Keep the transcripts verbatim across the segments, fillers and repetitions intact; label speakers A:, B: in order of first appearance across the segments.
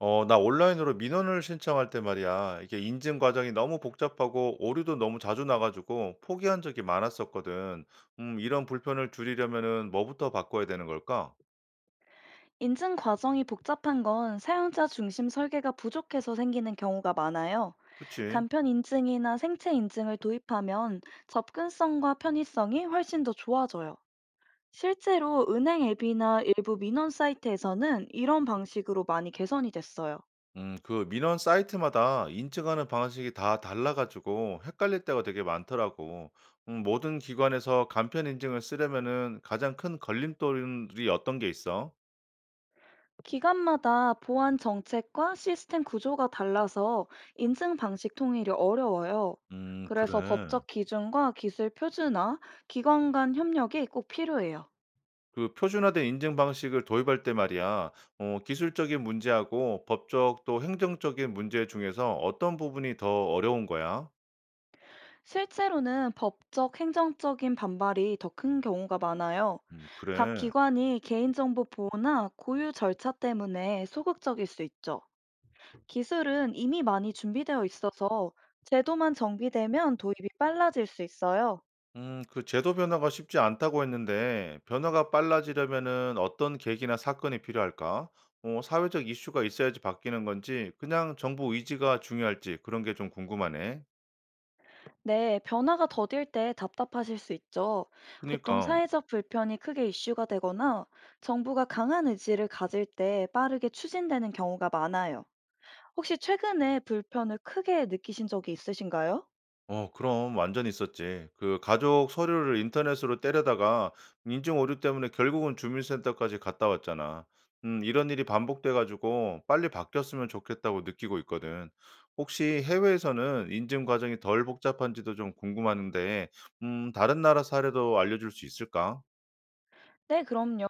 A: 어, 나 온라인으로 민원을 신청할 때 말이야. 이게 인증 과정이 너무 복잡하고 오류도 너무 자주 나가지고 포기한 적이 많았었거든. 음, 이런 불편을 줄이려면은 뭐부터 바꿔야 되는 걸까?
B: 인증 과정이 복잡한 건 사용자 중심 설계가 부족해서 생기는 경우가 많아요.
A: 그치?
B: 간편 인증이나 생체 인증을 도입하면 접근성과 편의성이 훨씬 더 좋아져요. 실제로 은행 앱이나 일부 민원 사이트에서는 이런 방식으로 많이 개선이 됐어요.
A: 음, 그 민원 사이트마다 인증하는 방식이 다 달라가지고 헷갈릴 때가 되게 많더라고. 음, 모든 기관에서 간편 인증을 쓰려면은 가장 큰 걸림돌이 어떤 게 있어?
B: 기관마다 보안 정책과 시스템 구조가 달라서 인증 방식 통일이 어려워요.
A: 음,
B: 그래서
A: 그래.
B: 법적 기준과 기술 표준화, 기관 간 협력이 꼭 필요해요.
A: 그 표준화된 인증 방식을 도입할 때 말이야, 어, 기술적인 문제하고 법적 또 행정적인 문제 중에서 어떤 부분이 더 어려운 거야?
B: 실제로는 법적, 행정적인 반발이 더 큰 경우가 많아요.
A: 음,
B: 각
A: 그래.
B: 기관이 개인정보 보호나 고유 절차 때문에 소극적일 수 있죠. 기술은 이미 많이 준비되어 있어서 제도만 정비되면 도입이 빨라질 수 있어요.
A: 음, 그 제도 변화가 쉽지 않다고 했는데, 변화가 빨라지려면은 어떤 계기나 사건이 필요할까? 어, 사회적 이슈가 있어야지 바뀌는 건지, 그냥 정부 의지가 중요할지 그런 게 좀 궁금하네.
B: 네, 변화가 더딜 때 답답하실 수 있죠. 보통
A: 그니까.
B: 사회적 불편이 크게 이슈가 되거나 정부가 강한 의지를 가질 때 빠르게 추진되는 경우가 많아요. 혹시 최근에 불편을 크게 느끼신 적이 있으신가요?
A: 어 그럼 완전 있었지. 그 가족 서류를 인터넷으로 때려다가 인증 오류 때문에 결국은 주민센터까지 갔다 왔잖아. 음, 이런 일이 반복돼 가지고 빨리 바뀌었으면 좋겠다고 느끼고 있거든. 혹시 해외에서는 인증 과정이 덜 복잡한지도 좀 궁금한데, 음, 다른 나라 사례도 알려줄 수 있을까?
B: 네, 그럼요.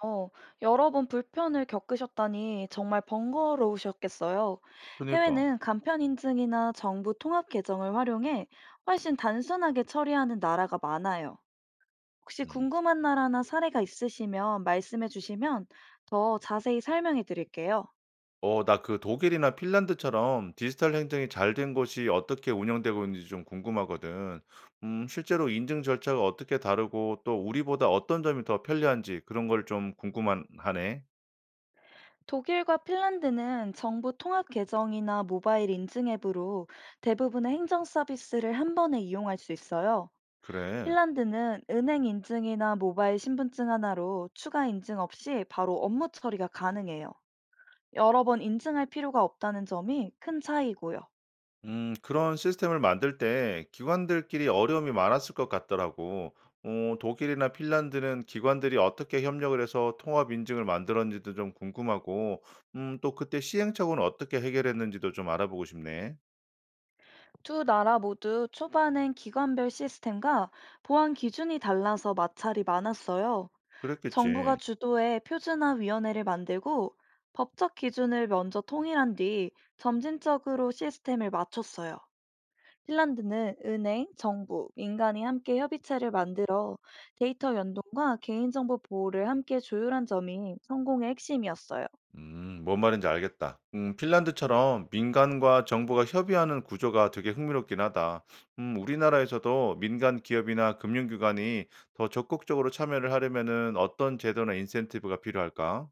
B: 여러 번 불편을 겪으셨다니 정말 번거로우셨겠어요.
A: 그니까.
B: 해외는 간편 인증이나 정부 통합 계정을 활용해 훨씬 단순하게 처리하는 나라가 많아요. 혹시
A: 음.
B: 궁금한 나라나 사례가 있으시면 말씀해 주시면 더 자세히 설명해 드릴게요.
A: 어, 나 그 독일이나 핀란드처럼 디지털 행정이 잘 된 곳이 어떻게 운영되고 있는지 좀 궁금하거든. 음, 실제로 인증 절차가 어떻게 다르고 또 우리보다 어떤 점이 더 편리한지 그런 걸 좀 궁금한 하네.
B: 독일과 핀란드는 정부 통합 계정이나 모바일 인증 앱으로 대부분의 행정 서비스를 한 번에 이용할 수 있어요.
A: 그래.
B: 핀란드는 은행 인증이나 모바일 신분증 하나로 추가 인증 없이 바로 업무 처리가 가능해요. 여러 번 인증할 필요가 없다는 점이 큰 차이고요.
A: 음, 그런 시스템을 만들 때 기관들끼리 어려움이 많았을 것 같더라고. 어, 독일이나 핀란드는 기관들이 어떻게 협력을 해서 통합 인증을 만들었는지도 좀 궁금하고, 음, 또 그때 시행착오는 어떻게 해결했는지도 좀 알아보고 싶네.
B: 두 나라 모두 초반엔 기관별 시스템과 보안 기준이 달라서 마찰이 많았어요. 정부가
A: 그랬겠지.
B: 주도해 표준화위원회를 만들고 법적 기준을 먼저 통일한 뒤 점진적으로 시스템을 맞췄어요. 핀란드는 은행, 정부, 민간이 함께 협의체를 만들어 데이터 연동과 개인정보 보호를 함께 조율한 점이 성공의 핵심이었어요.
A: 음, 뭔 말인지 알겠다. 음, 핀란드처럼 민간과 정부가 협의하는 구조가 되게 흥미롭긴 하다. 음, 우리나라에서도 민간 기업이나 금융기관이 더 적극적으로 참여를 하려면은 어떤 제도나 인센티브가 필요할까?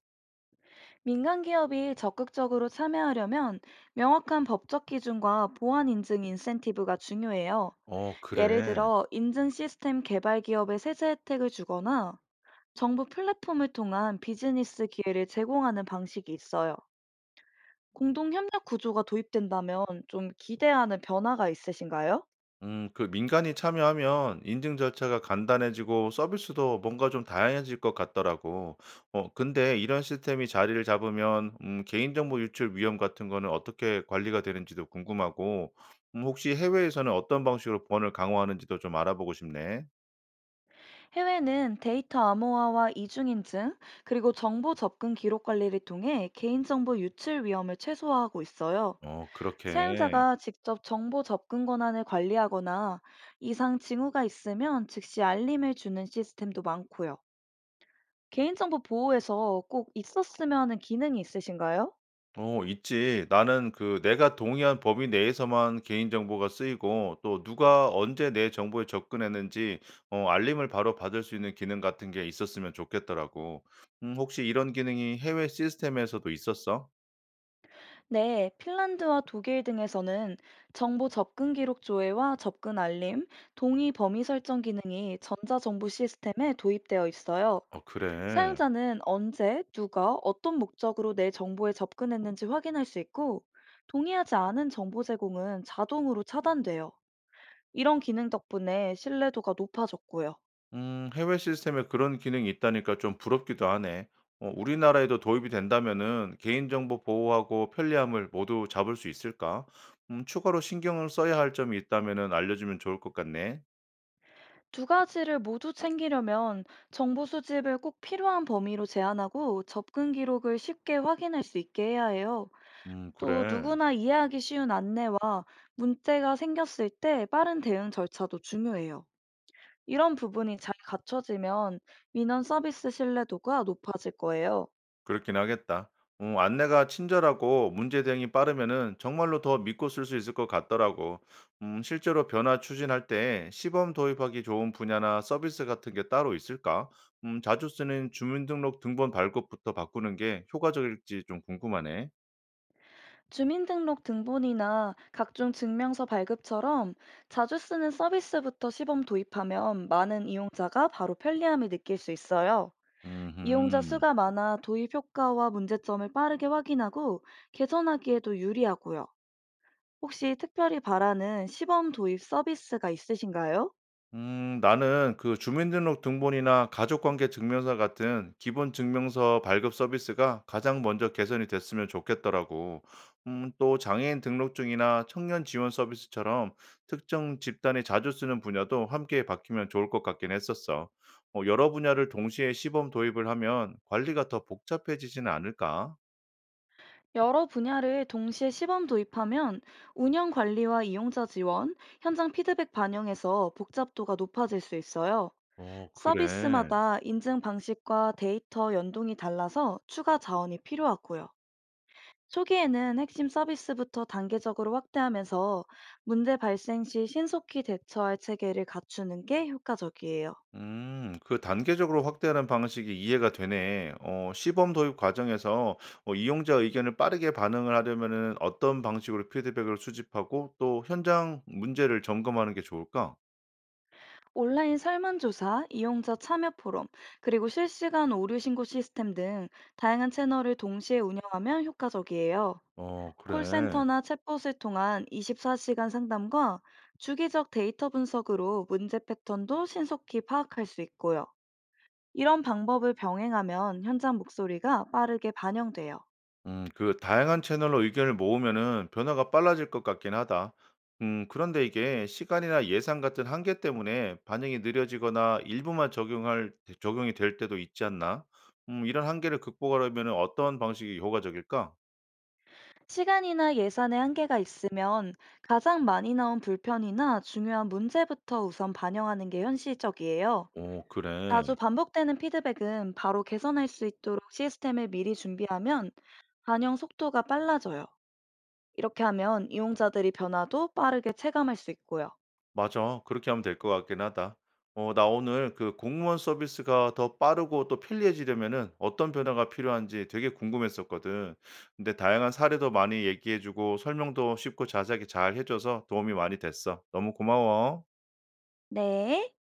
B: 민간 기업이 적극적으로 참여하려면 명확한 법적 기준과 보안 인증 인센티브가 중요해요.
A: 어,
B: 예를
A: 그래.
B: 들어 인증 시스템 개발 기업에 세제 혜택을 주거나 정부 플랫폼을 통한 비즈니스 기회를 제공하는 방식이 있어요. 공동 협력 구조가 도입된다면 좀 기대하는 변화가 있으신가요?
A: 음, 그 민간이 참여하면 인증 절차가 간단해지고 서비스도 뭔가 좀 다양해질 것 같더라고. 어, 근데 이런 시스템이 자리를 잡으면 음, 개인정보 유출 위험 같은 거는 어떻게 관리가 되는지도 궁금하고, 음, 혹시 해외에서는 어떤 방식으로 보안을 강화하는지도 좀 알아보고 싶네.
B: 해외는 데이터 암호화와 이중인증, 그리고 정보 접근 기록 관리를 통해 개인정보 유출 위험을 최소화하고 있어요.
A: 어, 그렇게.
B: 사용자가 직접 정보 접근 권한을 관리하거나 이상 징후가 있으면 즉시 알림을 주는 시스템도 많고요. 개인정보 보호에서 꼭 있었으면 하는 기능이 있으신가요?
A: 어 있지. 나는 그 내가 동의한 범위 내에서만 개인정보가 쓰이고 또 누가 언제 내 정보에 접근했는지 어 알림을 바로 받을 수 있는 기능 같은 게 있었으면 좋겠더라고. 음 혹시 이런 기능이 해외 시스템에서도 있었어?
B: 네, 핀란드와 독일 등에서는 정보 접근 기록 조회와 접근 알림, 동의 범위 설정 기능이 전자정보 시스템에 도입되어 있어요.
A: 어 그래.
B: 사용자는 언제, 누가, 어떤 목적으로 내 정보에 접근했는지 확인할 수 있고, 동의하지 않은 정보 제공은 자동으로 차단돼요. 이런 기능 덕분에 신뢰도가 높아졌고요.
A: 음 해외 시스템에 그런 기능이 있다니까 좀 부럽기도 하네. 어 우리나라에도 도입이 된다면은 개인정보 보호하고 편리함을 모두 잡을 수 있을까? 음 추가로 신경을 써야 할 점이 있다면은 알려주면 좋을 것 같네.
B: 두 가지를 모두 챙기려면 정보 수집을 꼭 필요한 범위로 제한하고 접근 기록을 쉽게 확인할 수 있게 해야 해요.
A: 음
B: 또
A: 그래.
B: 누구나 이해하기 쉬운 안내와 문제가 생겼을 때 빠른 대응 절차도 중요해요. 이런 부분이 잘 갖춰지면 민원 서비스 신뢰도가 높아질 거예요.
A: 그렇긴 하겠다. 음 안내가 친절하고 문제 대응이 빠르면은 정말로 더 믿고 쓸 수 있을 것 같더라고. 음 실제로 변화 추진할 때 시범 도입하기 좋은 분야나 서비스 같은 게 따로 있을까? 음 자주 쓰는 주민등록 등본 발급부터 바꾸는 게 효과적일지 좀 궁금하네.
B: 주민등록 등본이나 각종 증명서 발급처럼 자주 쓰는 서비스부터 시범 도입하면 많은 이용자가 바로 편리함을 느낄 수 있어요. 이용자
A: 음
B: 수가 많아 도입 효과와 문제점을 빠르게 확인하고 개선하기에도 유리하고요. 혹시 특별히 바라는 시범 도입 서비스가 있으신가요?
A: 음, 나는 그 주민등록등본이나 가족관계 증명서 같은 기본 증명서 발급 서비스가 가장 먼저 개선이 됐으면 좋겠더라고. 음, 또 장애인 등록증이나 청년 지원 서비스처럼 특정 집단이 자주 쓰는 분야도 함께 바뀌면 좋을 것 같긴 했었어. 어, 여러 분야를 동시에 시범 도입을 하면 관리가 더 복잡해지지는 않을까?
B: 여러 분야를 동시에 시범 도입하면 운영 관리와 이용자 지원, 현장 피드백 반영에서 복잡도가 높아질 수 있어요.
A: 어, 그래.
B: 서비스마다 인증 방식과 데이터 연동이 달라서 추가 자원이 필요하고요. 초기에는 핵심 서비스부터 단계적으로 확대하면서 문제 발생 시 신속히 대처할 체계를 갖추는 게 효과적이에요.
A: 음, 그 단계적으로 확대하는 방식이 이해가 되네. 어, 시범 도입 과정에서 어, 이용자 의견을 빠르게 반응을 하려면은 어떤 방식으로 피드백을 수집하고 또 현장 문제를 점검하는 게 좋을까?
B: 온라인 설문조사, 이용자 참여 포럼, 그리고 실시간 오류 신고 시스템 등 다양한 채널을 동시에 운영하면 효과적이에요.
A: 어, 그래.
B: 콜센터나 챗봇을 통한 이십사 시간 상담과 주기적 데이터 분석으로 문제 패턴도 신속히 파악할 수 있고요. 이런 방법을 병행하면 현장 목소리가 빠르게 반영돼요.
A: 음, 그 다양한 채널로 의견을 모으면은 변화가 빨라질 것 같긴 하다. 음, 그런데 이게 시간이나 예산 같은 한계 때문에 반영이 느려지거나 일부만 적용할, 적용이 될 때도 있지 않나? 음, 이런 한계를 극복하려면은 어떤 방식이 효과적일까?
B: 시간이나 예산의 한계가 있으면 가장 많이 나온 불편이나 중요한 문제부터 우선 반영하는 게 현실적이에요.
A: 오, 그래.
B: 자주 반복되는 피드백은 바로 개선할 수 있도록 시스템을 미리 준비하면 반영 속도가 빨라져요. 이렇게 하면 이용자들이 변화도 빠르게 체감할 수 있고요.
A: 맞아. 그렇게 하면 될 것 같긴 하다. 어 나 오늘 그 공무원 서비스가 더 빠르고 또 편리해지려면은 어떤 변화가 필요한지 되게 궁금했었거든. 근데 다양한 사례도 많이 얘기해 주고 설명도 쉽고 자세하게 잘 해 줘서 도움이 많이 됐어. 너무 고마워.
B: 네.